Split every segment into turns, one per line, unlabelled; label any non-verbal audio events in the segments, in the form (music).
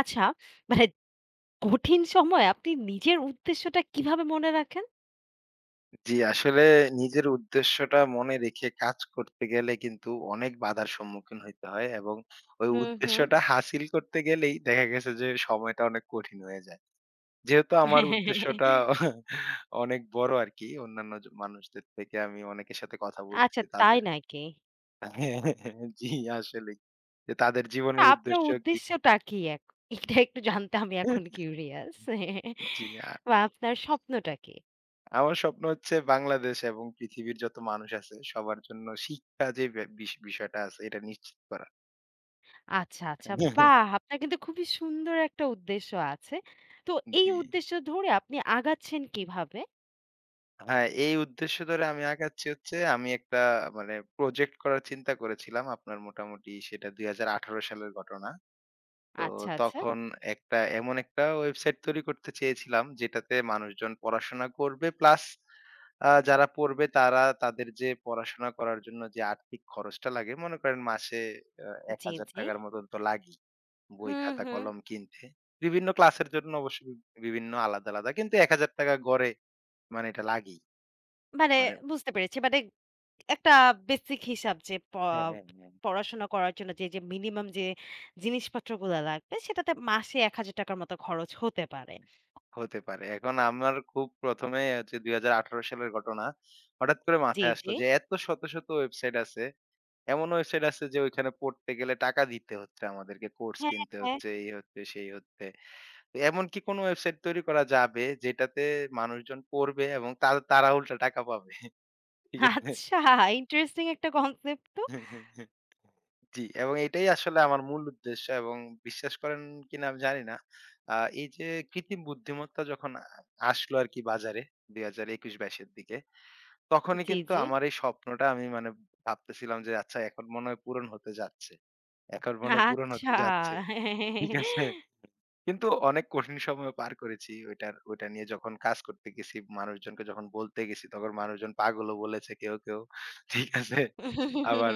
আচ্ছা, মানে কঠিন সময়ে আপনি নিজের উদ্দেশ্যটা কিভাবে মনে রাখেন?
জি, আসলে নিজের উদ্দেশ্যটা মনে রেখে কাজ করতে গেলে কিন্তু অনেক বাধার সম্মুখীন হইতে হয় এবং ওই
হুম, হুম।
উদ্দেশ্যটা হাসিল করতে গেলেই দেখা গেছে যে সময়টা অনেক কঠিন হয়ে যায়। যেহেতু আমার উদ্দেশ্যটা অনেক বড় আরকি অন্যান্য মানুষদের থেকে আমি অনেকের সাথে কথা বলছি
আচ্ছা,
যে
তাই
তাদের
নাকি?
(laughs) জি আসলেই। যে তাদের
তা
জীবনের
আপনার
উদ্দেশ্য কি
উদ্দেশ্যটা কি এটা একটু জানতে আমি এখন কিউরিয়াস।
জি, আ
বা আপনার স্বপ্নটা কি?
আমার স্বপ্ন হচ্ছে বাংলাদেশ এবং পৃথিবীর যত মানুষ আছে সবার জন্য শিক্ষা যে বিষয়টা আছে এটা নিশ্চিত করা।
আচ্ছা, আচ্ছা। বাহ! আপনার কিন্তু খুবই সুন্দর একটা উদ্দেশ্য আছে। তো এই
জি।
উদ্দেশ্য ধরে আপনি আগাচ্ছেন কিভাবে?
হ্যাঁ, এই উদ্দেশ্য ধরে আমি আগাচ্ছি হচ্ছে আমি একটা মানে প্রজেক্ট করার চিন্তা করেছিলাম। আপনার মোটামুটি সেটা ২০১৮ সালের ঘটনা। তো
আচ্ছা, আচ্ছা।
তখন একটা এমন একটা ওয়েবসাইট তৈরি করতে চেয়েছিলাম যেটাতে মানুষজন পড়াশোনা করবে প্লাস যারা পড়বে তারা তাদের যে পড়াশোনা করার জন্য যে আর্থিক খরচটা লাগে মনে করেন মাসে এক
জি,
হাজার
জি।
টাকার মতন তো লাগেই বই
হুম,
খাতা
হুম।
কলম কিনতে বিভিন্ন ক্লাসের জন্য অবশ্য বিভিন্ন আলাদা আলাদা কিন্তু এক হাজার টাকা গড়ে মানে এটা লাগেই
মানে
মানে
বুঝতে পেরেছি। মানে একটা বেসিক হিসাব যে
হ্যাঁ হ্যাঁ হ্যাঁ
পড়াশোনা করার জন্য যে মিনিমাম যে জিনিসপত্রগুলা লাগবে সেটাতে মাসে ৳১,০০০ র মতো খরচ হতে পারে।
হতে পারে এখন আমার খুব প্রথমে হচ্ছে দুই হাজার আঠারো সালের ঘটনা হঠাৎ করে
জি,
মাথায় আসলো
জি।
যে এত শত শত ওয়েবসাইট আছে এমন ওয়েবসাইট আছে যে ওইখানে পড়তে গেলে টাকা দিতে হচ্ছে আমাদেরকে, কোর্স
হ্যাঁ,
কিনতে
হ্যাঁ।
হচ্ছে, এই হচ্ছে, সেই হচ্ছে। তো এমন কি কোনো ওয়েবসাইট তৈরি করা যাবে যেটাতে মানুষজন পড়বে এবং তা তারা উল্টা টাকা পাবে। ঠিক আছে?
আচ্ছা, ইন্টারেস্টিং একটা কনসেপ্ট তো।
জি, এবং এটাই আসলে আমার মূল উদ্দেশ্য এবং বিশ্বাস করেন কিনা আমি জানি না। আ এই যে কৃত্রিম বুদ্ধিমত্তা যখন আসলো আরকি বাজারে ২০২১-২২ এর দিকে তখনই
জি,
কিন্তু
জি।
আমার এই স্বপ্নটা আমি মানে ভাবতেছিলাম যে, আচ্ছা এখন মনে হয় পূরণ হতে যাচ্ছে। এখন মনে হয় পূরণ
আচ্ছা।
হতে যাচ্ছে। ঠিক আছে? কিন্তু অনেক কঠিন সময়ও পার করেছি ওইটা নিয়ে যখন কাজ করতে গেছি, মানুষজনকে যখন বলতে গেছি তখন মানুষজন পাগলও বলেছে কেউ, কেউ। ঠিক আছে? আবার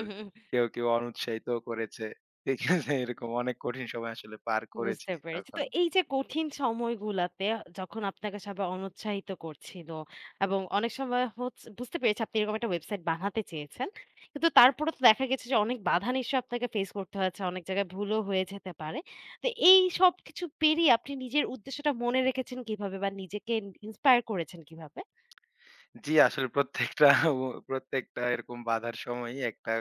কেউ, কেউ অনুৎসাহিতও করেছে। ঠিক আছে? এরকম অনেক কঠিন সময় আসলে পার করেছি
বুঝতে পেরেছি।
তখন।
তো এই যে কঠিন সময়গুলাতে যখন আপনাকে সবাই অনুৎসাহিত করছিল এবং অনেক সময় হচ্ছে বুঝতে পেরেছি আপনি এরকম একটা ওয়েবসাইট বানাতে চেয়েছেন। কিন্তু তারপরে তো দেখা গেছে যে অনেক বাধা নিশ্চয়ই আপনাকে ফেস করতে হয়েছে। অনেক জায়গায় ভুলও হয়ে যেতে পারে। তো এই সবকিছু পেরিয়ে আপনি নিজের উদ্দেশ্যটা মনে রেখেছেন কিভাবে বা নিজেকে ইন্সপায়ার করেছেন কিভাবে?
জি, আসলে প্রত্যেকটা ও প্রত্যেকটা এরকম বাধার সময়ই একটা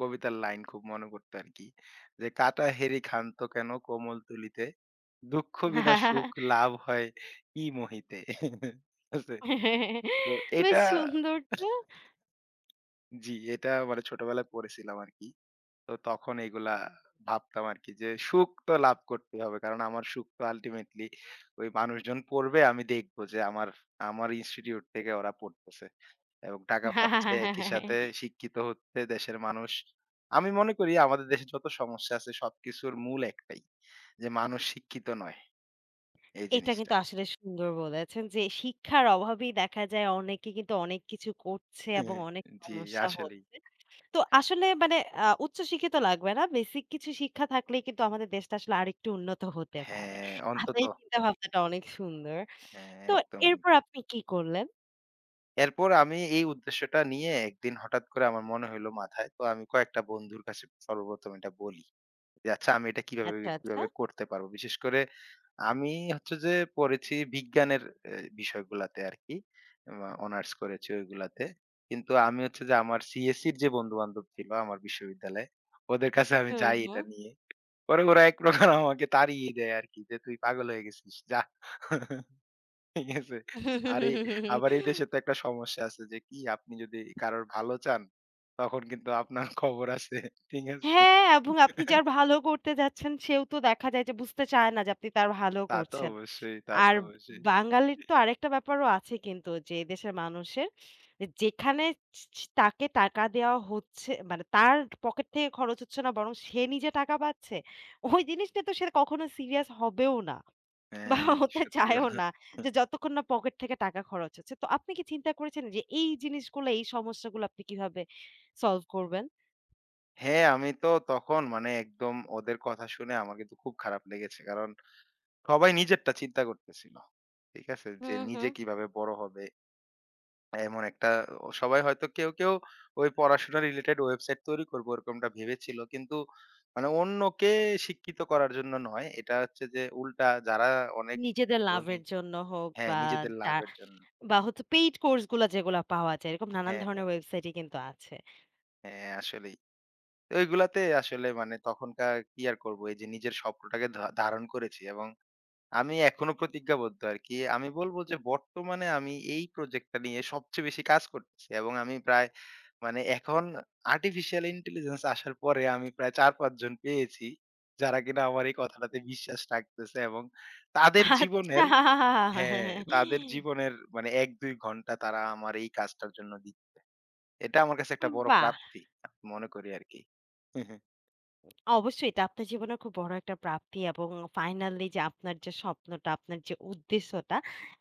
কবিতার লাইন খুব মনে পড়তো আরকি। যে "কাটা হেরি ক্ষান্ত কেন কোমল তুলিতে, দুঃখ বিনা সুখ
(laughs)
লাভ হয় কি মোহিতে।" (laughs) ঠিক আছে? তো
বেশ
এটা
সুন্দর তো।
জি, এটা মানে ছোটবেলায় পড়েছিলাম আরকি। তো তখন এগুলা ভাবতাম আরকি যে সুখ তো লাভ করতেই হবে। কারণ আমার সুখ তো আল্টিমেটলি ওই মানুষজন পড়বে, আমি দেখব যে আমার আমার ইনস্টিটিউট থেকে ওরা পড়তেছে। এবং টাকা পাচ্ছে, একই সাথে
(laughs)
শিক্ষিত হচ্ছে দেশের মানুষ। আমি মনে করি আমাদের দেশে যত সমস্যা আছে সবকিছুর মূল একটাই। যে মানুষ শিক্ষিত নয় এই
এটা
জিনিসটা।
কিন্তু আসলে সুন্দর বলেছেন যে শিক্ষার অভাবেই দেখা যায় অনেকে কিন্তু অনেক কিছু করছে এবং অনেক
(laughs) জি
সমস্যা
আসলেই।
হচ্ছে। তো আসলে মানে উচ্চশিক্ষিত লাগবে না। বেসিক কিছু শিক্ষা থাকলেই কিন্তু আমাদের দেশটা আসলে আরেকটু উন্নত হতে পারে।
হ্যাঁ, অন্তত
আপনার এই চিন্তা ভাবনাটা অনেক সুন্দর।
হ্যাঁ,
তো
একদম।
এরপর আপনি কি করলেন?
এরপর আমি এই উদ্দেশ্যটা নিয়ে একদিন হঠাৎ করে আমার মনে হইলো মাথায়। তো আমি কয়েকটা বন্ধুর কাছে সর্বপ্রথম এটা বলি। যে আচ্ছা আমি এটা
আচ্ছা, আচ্ছা।
কিভাবে করতে পারবো? বিশেষ করে আমি হচ্ছে যে পড়েছি বিজ্ঞানের এ বিষয়গুলাতে আরকি। অনার্স করেছি ওইগুলাতে। কিন্তু আমি হচ্ছে যে আমার সিএসইর যে বন্ধু-বান্ধব ছিল আমার বিশ্ববিদ্যালয়ে, ওদের কাছে আমি
হুম,
যাই এটা
হুম।
নিয়ে। পরে ওরা এক প্রকার আমাকে তাড়িয়ে দেয় আরকি যে, "তুই পাগল হয়ে গেছিস। যা।" ঠিক আছে। আর এই আবার এই দেশে
(laughs)
তো একটা সমস্যা আছে যে কি আপনি যদি কারোর ভালো চান, তখন কিন্তু আপনার খবর আছে। ঠিক আছে?
হ্যাঁ, এবং আপনি যার ভালো করতে যাচ্ছেন সেও তো দেখা যায় যে বুঝতে চায় না যে আপনি তার ভালো
তা তো
করছেন।
অবশ্যই, তা তো
আর
অবশ্যই।
বাঙালির তো আরেকটা ব্যাপারও আছে কিন্তু যে এদেশের মানুষের যে যেখানে ছ ছ তাকে টাকা দেওয়া হচ্ছে মানে তার পকেট থেকে খরচ হচ্ছে না বরং সে নিজে টাকা পাচ্ছে। ওই জিনিসটা তো সে কখনো সিরিয়াস হবেও না বা
হ্যাঁ,
(laughs) হতে
সত্যি
চায়ও
কথা।
না যে যতক্ষণ না পকেট থেকে টাকা খরচ হচ্ছে। তো আপনি কি চিন্তা করেছেন যে এই জিনিসগুলো এই সমস্যাগুলো আপনি কিভাবে সলভ করবেন?
হ্যাঁ, আমি তো তখন মানে একদম ওদের কথা শুনে আমার কিন্তু খুব খারাপ লেগেছে। কারণ সবাই নিজেরটা চিন্তা করতেছিল। ঠিক আছে?
হু,
যে
হু।
নিজে কিভাবে বড় হবে এমন একটা সবাই হয়তো কেউ, কেউ ওই পড়াশোনা রিলেটেড ওয়েবসাইট তৈরি করব ওরকমটা ভেবেছিল। কিন্তু মানে অন্যকে শিক্ষিত করার জন্য নয়। এটা হচ্ছে যে উল্টা যারা অনেক
নিজেদের
ধনী
লাভের জন্য হোক
হ্যাঁ,
বা
নিজেদের
যা
লাভের জন্য।
বা হচ্ছে পেইড কোর্স গুলা যেগুলা পাওয়া যায় এরকম নানান
হ্যাঁ,
ধরনের
হ্যাঁ,
ওয়েবসাইটই কিন্তু আছে।
হ্যাঁ, আসলেই। তো এগুলাতে আসলে মানে তখনকার কি আর করব? এই যে নিজের স্বপ্নটাকে ধারণ করেছি এবং আমি এখনো প্রতিজ্ঞাবদ্ধ আরকি। আমি বলব যে বর্তমানে আমি এই প্রজেক্টটা নিয়ে সবচেয়ে বেশি কাজ করতেছি এবং আমি প্রায় মানে এখন আর্টিফিশিয়াল ইন্টেলিজেন্স আসার পরে আমি প্রায় ৪-৫ জন পেয়েছি, যারা কিনা আমার এই কথাটাতে বিশ্বাস রাখতেছে এবং তাদের জীবনের
আচ্ছা।
হ্যাঁ, তাদের জীবনের মানে ১-২ ঘন্টা তারা আমার এই কাজটার জন্য দিচ্ছে। এটা আমার কাছে একটা বড়
বাহ!
প্রাপ্তি আমি মনে করি আরকি।
অবশ্যই এটা আপনার জীবনের খুব বড় একটা প্রাপ্তি এবং ফাইনালি যে আপনার যে স্বপ্নটা, আপনার যে উদ্দেশ্যটা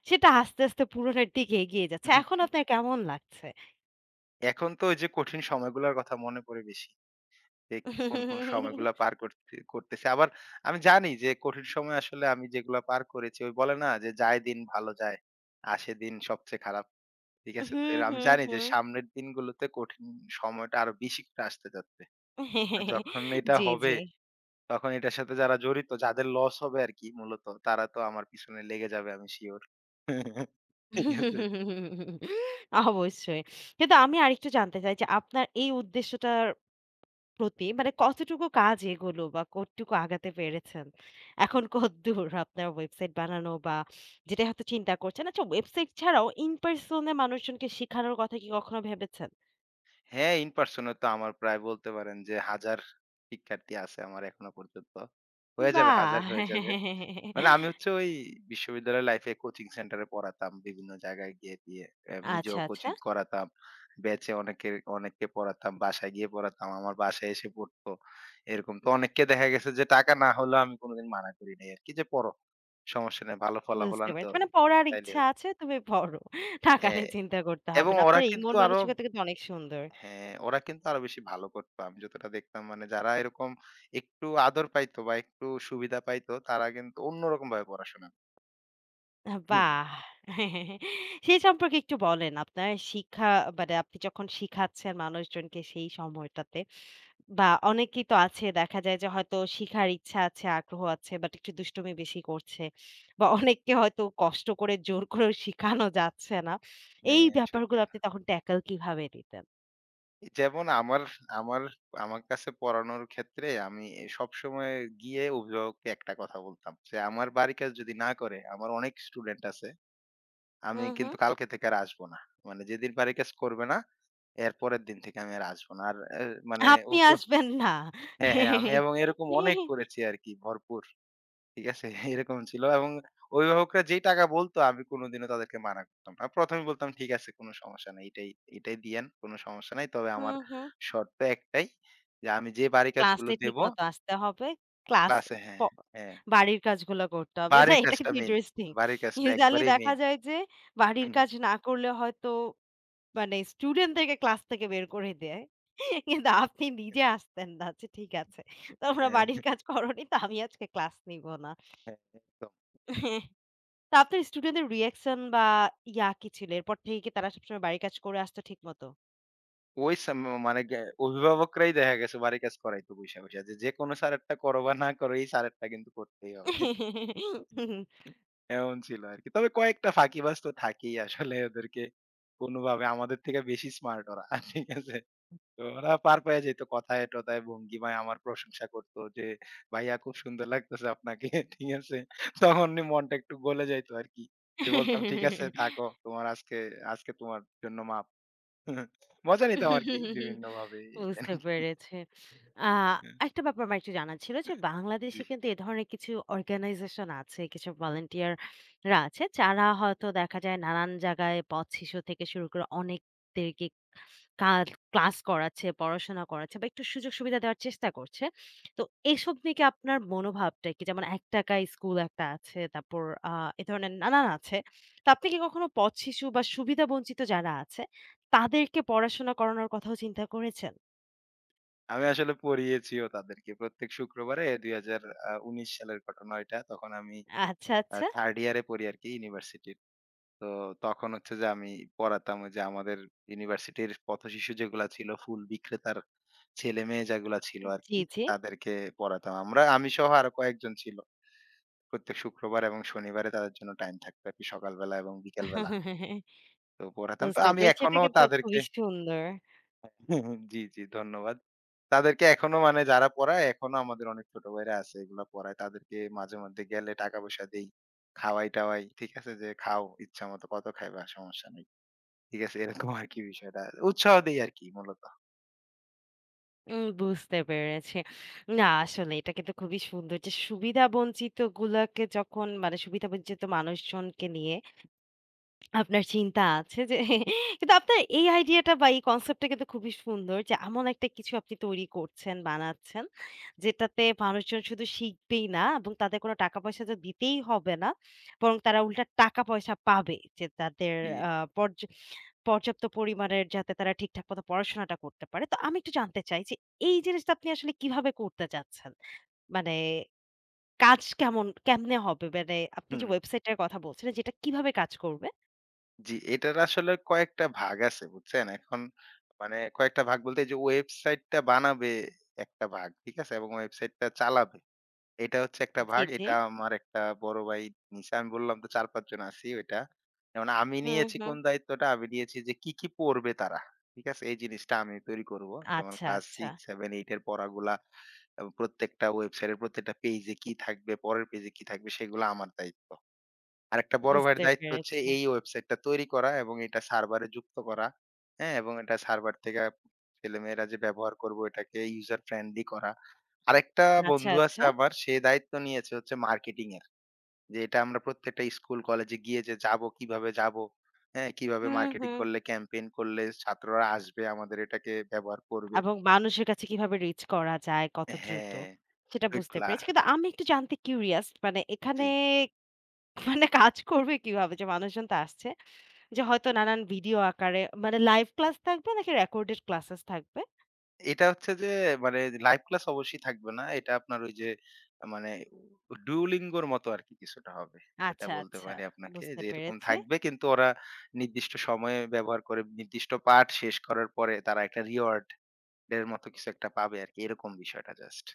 সেটা আস্তে, আস্তে পূরণের দিকে এগিয়ে যাচ্ছে। এখন
(laughs)
আপনার কেমন লাগছে?
এখন তো ওই যে কঠিন সময়গুলোর কথা মনে পড়ে বেশি। যে কি কোন, কোন সময়গুলা পার করতে করতেছি। আবার আমি জানি যে কঠিন সময় আসলে আমি যেগুলা পার করেছি ওই বলে না যে, "যায় দিন ভালো যায়, আসে দিন সবচেয়ে খারাপ।" ঠিক আছে? তো
হুম,
এর আমি
হুম,
জানি যে
হুম।
সামনের দিনগুলোতে কঠিন সময়টা আরো বেশি করে আসতে যাচ্ছে। আর যখন এটা
জি,
হবে
জি।
তখন এটার সাথে যারা জড়িত যাদের লস হবে আরকি মূলত তারা তো আমার পিছনে লেগে যাবে আমি সিউর। ঠিক আছে?
অবশ্যই। কিন্তু আমি আরেকটু জানতে চাই যে আপনার এই উদ্দেশ্যটার প্রতি মানে কতটুকু কাজ এগোলো বা কতটুকু আগাতে পেরেছেন? এখন কতদূর আপনার ওয়েবসাইট বানানো বা যেটা হয়তো চিন্তা করছেন? আচ্ছা, ওয়েবসাইট ছাড়াও in person এ মানুষজনকে শিখানোর কথা কি কখনো ভেবেছেন?
হ্যাঁ, ইন পারসন এ তো আমার প্রায় বলতে পারেন যে ১,০০০ শিক্ষার্থী আছে আমার এখনো পর্যন্ত। হয়ে যাবে ১,০০০
বাহ!
হয়ে যাবে। মানে আমি হচ্ছে ওই বিশ্ববিদ্যালয় লাইফে কোচিং সেন্টারে পড়াতাম। বিভিন্ন জায়গায় গিয়ে দিয়ে নিজেও
আচ্ছা, আচ্ছা।
কোচিং করাতাম। ব্যাচে অনেকের অনেককে পড়াতাম। বাসায় গিয়ে পড়াতাম। আমার বাসায় এসে পড়তো। এরকম তো অনেককে দেখা গেছে যে টাকা না হলেও আমি কোনোদিন মানা করি নাই আরকি যে, "পড়ো। সমস্যা নাই। ভালো ফলাফল
বুঝতে
আনতে
পেরেছি।
হবে।
মানে পড়ার
তাইলে
ইচ্ছা
হবে।"
আছে, তুমি পড়ো। টাকা
হ্যাঁ,
নিয়ে চিন্তা করতে হবে
এবং
না।
ওরা
আপনার এই
কিন্তু
মন
আরো
মানসিকতা কিন্তু অনেক সুন্দর।
হ্যাঁ, ওরা কিন্তু আরো বেশি ভালো করতো। আমি যতটা দেখতাম মানে যারা এরকম একটু আদর পাইতো বা একটু সুবিধা পাইতো তারা কিন্তু অন্যরকমভাবে পড়াশোনা করতো।
বাহ! সেই সম্পর্কে একটু বলেন। আপনার শিক্ষা মানে আপনি যখন শিখাচ্ছেন মানুষজনকে সেই সময়টাতে বা অনেকেই তো আছে দেখা যায় যে হয়তো শিখার ইচ্ছা আছে, আগ্রহ আছে বাট একটু দুষ্টুমি বেশি করছে বা অনেককে হয়তো কষ্ট করে জোর করেও শিখানো যাচ্ছে না। এই
হ্যাঁ, সত্যি
ব্যাপারগুলো
কথা।
আপনি তখন ট্যাকল কিভাবে দিতেন?
যেমন আমার আমার আমার কাছে পড়ানোর ক্ষেত্রে আমি সবসময় গিয়ে অভিভাবককে একটা কথা বলতাম যে, "আমার বাড়ির কাজ যদি না করে, আমার অনেক স্টুডেন্ট আছে। আমি
হুম, হুম।
কিন্তু কালকে থেকে আর আসবো না। মানে যেদিন বাড়ির কাজ করবে না, এর পরের দিন থেকে আমি আর আসবো না।" আর মানে
আপনি
অভিভাবক
আসবেন না।
হ্যাঁ, হ্যাঁ, আমি এবং এরকম অনেক করেছি আরকি ভরপুর। ঠিক আছে? (laughs) এরকম ছিল এবং অভিভাবকরা যেই টাকা বলতো আমি কোনদিনও তাদেরকে মানা করতাম না। ১ম এই বলতাম, "ঠিক আছে কোন সমস্যা নাই। এটাই দিয়েন। কোন সমস্যা নাই। তবে
হু,
আমার
হু।
শর্ত একটাই যে আমি যে বাড়ির কাজগুলো
ক্লাসে
দেব
ঠিকমতো আসতে হবে। ক্লাস
ক্লাসে"
প
হ্যাঁ, হ্যাঁ।
বাড়ির কাজগুলো করতে হবে। না
বাড়ির
এটা
কাজটা
কিন্তু
মেইন।
ইন্টারেস্টিং।
বাড়ির কাজটা
ইউজুয়ালি
একবারেই
দেখা
মেইন।
যায় যে বাড়ির
হুম,
কাজ না করলে হয়তো মানে স্টুডেন্টদেরকে ক্লাস থেকে বের করে দেয়। কিন্তু আপনি নিজে আসতেন না। আচ্ছা ঠিক আছে। তোমরা
হ্যাঁ,
বাড়ির কাজ করোনি তো আমি আজকে ক্লাস নিব না।
হ্যাঁ, একদম।
তো আপনার স্টুডেন্টদের রিঅ্যাকশন বা ইয়া কি ছিল? এরপর থেকে কি তারা সবসময় বাড়ির কাজ করে আসতো ঠিকমতো?
ওই সাম মানে গে অভিভাবকরাই দেখা গেছে বাড়ির কাজ করাইতো বইসা, বইসা যে যেকোনো স্যারেরটা করো বা না করো এই স্যারেরটা কিন্তু করতেই হবে। এমন ছিল আরকি। তবে কয়েকটা ফাঁকিবাজ তো থাকেই আসলে ওদেরকে কোনভাবে আমাদের থেকে বেশি স্মার্ট ওরা। (laughs) ঠিক আছে? তো ওরা পার পেয়ে যেত কথায়-টথায় ভঙ্গিমায় আমার প্রশংসা করত যে, "ভাইয়া খুব সুন্দর লাগতেছে আপনাকে।" (laughs) ঠিক আছে? তখন মনটা একটু গলে যাইত আরকি। যে বলতাম, "ঠিক আছে থাকো।
(laughs)
তোমার আজকে আজকে তোমার জন্য মাপ।" (laughs) মজা নিতাম আরকি বিভিন্নভাবে এই
বুঝতে
আরকি।
পেরেছি। আ একটা ব্যাপার আমার একটু জানা ছিল যে,
জি।
বাংলাদেশে কিন্তু এ ধরনের কিছু অর্গানাইজেশন আছে, কিছু ভলান্টিয়ার রা আছে, যারা হয়তো দেখা যায় নানান জায়গায় পথ শিশু থেকে শুরু করে অনেকদেরকে কাজ ক্লাস করাচ্ছে, পড়াশোনা করাচ্ছে বা একটু সুযোগ-সুবিধা দেওয়ার চেষ্টা করছে। তো এসব নিয়ে কি আপনার মনোভাবটা কি? যেমন ৳১ স্কুল একটা আছে, তারপর আ এ ধরনের নানান আছে। তো আপনি কি কখনো পথ শিশু বা সুবিধাবঞ্চিত যারা আছে, তাদেরকে পড়াশোনা করানোর কথাও চিন্তা করেছেন?
আমি আসলে পড়িয়েছিও তাদেরকে। প্রত্যেক শুক্রবারে ২০১৯ সালের ঘটনা এটা। তখন আমি
আচ্ছা, আচ্ছা।
3rd ইয়ারে পড়ি আরকি ইউনিভার্সিটির। তো তখন হচ্ছে যে আমি পড়াতাম ওই যে আমাদের ইউনিভার্সিটির পথশিশু যেগুলা ছিল, ফুল বিক্রেতার ছেলেমেয়ে যেগুলা ছিল
জি,
আরকি,
জি।
তাদেরকে পড়াতাম। আমি সহ আরো কয়েকজন ছিল। প্রত্যেক শুক্রবার এবং শনিবারে তাদের জন্য টাইম থাকতো আরকি সকালবেলা এবং বিকেলবেলা। তো পড়াতাম। তো
বুঝতে
আমি
পেরেছি। এটা
এখনো
কিন্তু
তাদেরকে
খুবই সুন্দর।
জি, জি ধন্যবাদ। তাদেরকে এখনো মানে যারা পড়ায় এখনো আমাদের অনেক ছোট ভাইরা আছে এগুলা পড়ায়। তাদেরকে মাঝে মধ্যে গেলে টাকা-পয়সা দেই। খাওয়াই-টাওয়াই। ঠিক আছে? যে খাও ইচ্ছা মতো কত খাইবা সমস্যা নাই। ঠিক আছে? এরকম আরকি বিষয়টা। উৎসাহ দেই আরকি মূলত।
বুঝতে পেরেছি। না আসলে এটা কিন্তু খুবই সুন্দর যে সুবিধা বঞ্চিত গুলাকে যখন মানে সুবিধা বঞ্চিত মানুষজনকে নিয়ে আপনার চিন্তা আছে যে কিন্তু আপনার এই আইডিয়াটা বা এই কনসেপ্টটা কিন্তু খুবই সুন্দর যে এমন একটা কিছু আপনি তৈরি করছেন, বানাচ্ছেন যেটাতে মানুষজন শুধু শিখবেই না এবং তাদের কোনো টাকা পয়সা তো দিতেই হবে না। বরং তারা উল্টা টাকা পয়সা পাবে। যে তাদের
জি।
আ পর্য পর্যাপ্ত পরিমাণের যাতে তারা ঠিকঠাক মতো পড়াশোনাটা করতে পারে। তো আমি একটু জানতে চাই যে এই জিনিসটা আপনি আসলে কিভাবে করতে চাচ্ছেন? মানে কাজ কেমনে হবে? মানে আপনি যে
হুম।
ওয়েবসাইট টার কথা বলছিলেন যেটা কিভাবে কাজ করবে?
জি, এটার আসলে কয়েকটা ভাগ আছে বুঝছেন? এখন মানে কয়েকটা ভাগ বলতে এই যে ওয়েবসাইটটা বানাবে একটা ভাগ। ঠিক আছে? এবং ওয়েবসাইটটা চালাবে। এটা হচ্ছে একটা
জি,
ভাগ।
জি।
এটা আমার একটা বড় ভাই নিছে। আমি বললাম তো ৪-৫ জন আছি ওইটা। যেমন আমি
হুম,
নিয়েছি
হুম।
কোন দায়িত্বটা? আমি নিয়েছি যে কি, কি পড়বে তারা। ঠিক আছে? এই জিনিসটা আমি তৈরি করব। যেমন
আচ্ছা,
ক্লাস
আচ্ছা।
৬, ৭, ৮ এর পড়াগুলা এবং প্রত্যেকটা ওয়েবসাইটের প্রত্যেকটা পেইজে কি থাকবে, পরের পেইজে কি থাকবে সেগুলো আমার দায়িত্ব। আরেকটা বড় ভাইয়ের
বুঝতে
দায়িত্ব হচ্ছে
পেরেছি।
এই ওয়েবসাইটটা তৈরি করা এবং এটা সার্ভারে যুক্ত করা। হ্যাঁ? এবং এটা সার্ভার থেকে ছেলেমেয়েরা যে ব্যবহার করবো এটাকে user friendly করা। আরেকটা
আচ্ছা,
বন্ধু আছে
আচ্ছা।
আমার সে দায়িত্ব নিয়েছে হচ্ছে মার্কেটিং এর। যে এটা আমরা প্রত্যেকটা স্কুল কলেজে গিয়ে যে যাবো, যাবো, হ্যাঁ? কিভাবে
হুম,
মার্কেটিং
হুম।
করলে ক্যাম্পেইন করলে ছাত্ররা আসবে আমাদের এটাকে ব্যবহার করবে
এবং মানুষের কাছে কিভাবে রিচ করা যায়, কত দ্রুত
হ্যাঁ,
সেটা বুঝতে
ওইগুলা।
পেরেছি। কিন্তু আমি একটু জানতে কিউরিয়াস মানে
জি।
এখানে (laughs) মানে কাজ করবে কিভাবে? যে মানুষজন তো আসছে। যে হয়তো নানান ভিডিও আকারে মানে লাইভ ক্লাস থাকবে নাকি রেকর্ডেড ক্লাসেস থাকবে?
এটা হচ্ছে যে মানে লাইভ ক্লাস অবশ্যই থাকবে না। এটা আপনার ওই যে মানে ডুওলিঙ্গোর মতো আরকি কিছুটা হবে। এটা
আচ্ছা,
বলতে
আচ্ছা।
পারি আপনাকে
বুঝতে
যে এরকম
পেরেছি।
থাকবে কিন্তু ওরা নির্দিষ্ট সময়ে ব্যবহার করে নির্দিষ্ট পাঠ শেষ করার পরে তারা একটা রিওয়ার্ড এর মতো কিছু একটা পাবে আরকি। এরকম বিষয়টা জাস্ট।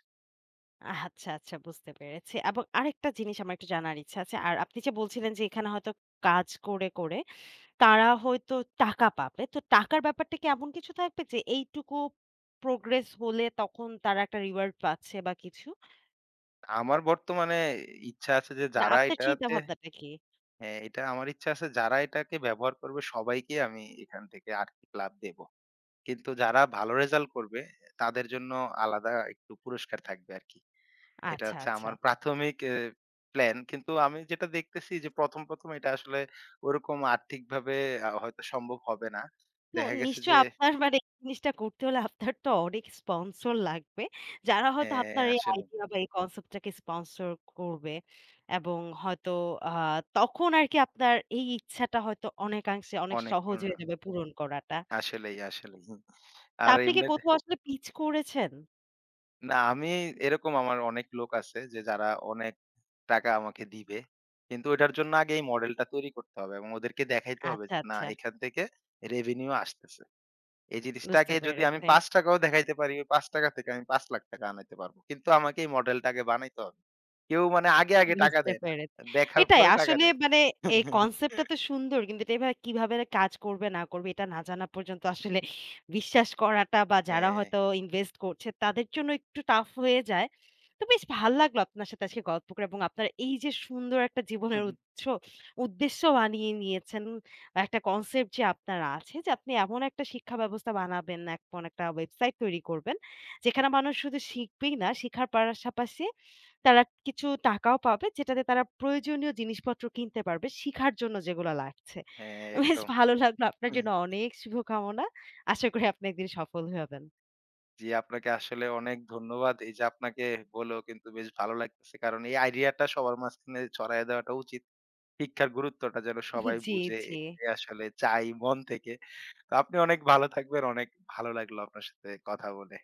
আচ্ছা, আচ্ছা, বুঝতে পেরেছি। এবং আরেকটা জিনিস আমার একটু জানার ইচ্ছা আছে। আর আপনি যে বলছিলেন যে এখানে হয়তো কাজ করে তারা হয়তো টাকা পাবে। তো টাকার ব্যাপারটা কি এমন কিছু থাকবে যে এইটুকু প্রোগ্রেস হলে তখন তারা একটা রিওয়ার্ড পাচ্ছে বা কিছু?
আমার বর্তমানে ইচ্ছা আছে যে
না
যারা
আপনার চিন্তা
এটাতে
ভাবনাটা কি?
হ্যাঁ, এটা আমার ইচ্ছা আছে যারা এটাকে ব্যবহার করবে সবাইকে আমি এখান থেকে আর্থিক লাভ দেব। কিন্তু যারা ভালো রেজাল্ট করবে তাদের জন্য আলাদা একটু পুরস্কার থাকবে আরকি। এটা
আচ্ছা,
হচ্ছে
আচ্ছা।
আমার প্রাথমিক প্ল্যান। কিন্তু আমি যেটা দেখতেছি যে ১ম এটা আসলে ওরকম আর্থিকভাবে হয়তো সম্ভব হবে না।
তো
দেখা গেছে
নিশ্চয়ই
যে
আপনার মানে এই জিনিসটা করতে হলে আপনার তো অনেক স্পন্সর লাগবে। যারা হয়তো
হ্যাঁ,
আপনার এই
আসলে
আইডিয়া বা এই কনসেপ্টটাকে স্পন্সর করবে এবং হয়তো আ তখন আরকি আপনার এই ইচ্ছাটা হয়তো অনেকাংশে অনেক
অনেক
সহজ হয়ে
পূর্ণ-
যাবে পূরণ করাটা।
আসলেই, আসলেই। হুম।
তা
আর
আপনি কি
এমনিতে
কোথাও আসলে পিচ করেছেন?
না আমি এরকম আমার অনেক লোক আছে যে যারা অনেক টাকা আমাকে দিবে। কিন্তু ওইটার জন্য আগে এই মডেলটা তৈরি করতে হবে এবং ওদেরকে দেখাইতে হবে
আচ্ছা,
যে না
আচ্ছা।
এখান থেকে রেভিনিউ আসতেছে। এই
বুঝতে
জিনিসটাকে যদি আমি
পেরেছি,
৳৫ দেখাইতে পারি, ওই ৳৫ থেকে আমি ৳৫,০০,০০০ আনাইতে পারবো। কিন্তু আমাকে এই মডেলটা আগে বানাইতে হবে। কেউ মানে আগে, আগে টাকা
বুঝতে
দেয় না।
পেরেছি।
দেখার
এটাই
পরে টাকা
আসলে
দেয়।
মানে এই কনসেপ্টটা
(laughs)
তো সুন্দর কিন্তু এটা এভাবে কিভাবে কাজ করবে না করবে এটা না জানা পর্যন্ত আসলে বিশ্বাস করাটা বা যারা
হ্যাঁ,
হয়তো ইনভেস্ট করছে তাদের জন্য একটু টাফ হয়ে যায়। তো বেশ ভাল লাগলো আপনার সাথে আজকে গল্প করে এবং আপনার এই যে সুন্দর একটা জীবনের
হুম,
উৎস উদ্দেশ্য বানিয়ে নিয়েছেন। একটা কনসেপ্ট যে আপনার আছে যে আপনি এমন একটা শিক্ষা ব্যবস্থা বানাবেন, এমন একটা ওয়েবসাইট তৈরি করবেন যেখানে মানুষ শুধু শিখবেই না, শিখার পাশাপাশি তারা কিছু টাকাও পাবে যেটাতে তারা প্রয়োজনীয় জিনিসপত্র কিনতে পারবে শিখার জন্য যেগুলা লাগছে।
হ্যাঁ,
বেশ
একদম।
ভালো লাগলো। আপনার জন্য অনেক শুভকামনা। আশা করি আপনি একদিন সফল হবেন।
জি, আপনাকে আসলে অনেক ধন্যবাদ। এই যে আপনাকে বলেও কিন্তু বেশ ভালো লাগতেছে। কারণ এই আইডিয়াটা সবার মাঝখানে ছড়াইয়া দেওয়াটা উচিত। শিক্ষার গুরুত্বটা যেন সবাই
(laughs) জি,
বুঝে,
জি।
এটাই আসলে চাই মন থেকে। তো আপনি অনেক ভালো থাকবেন। অনেক ভালো লাগলো আপনার সাথে কথা বলে।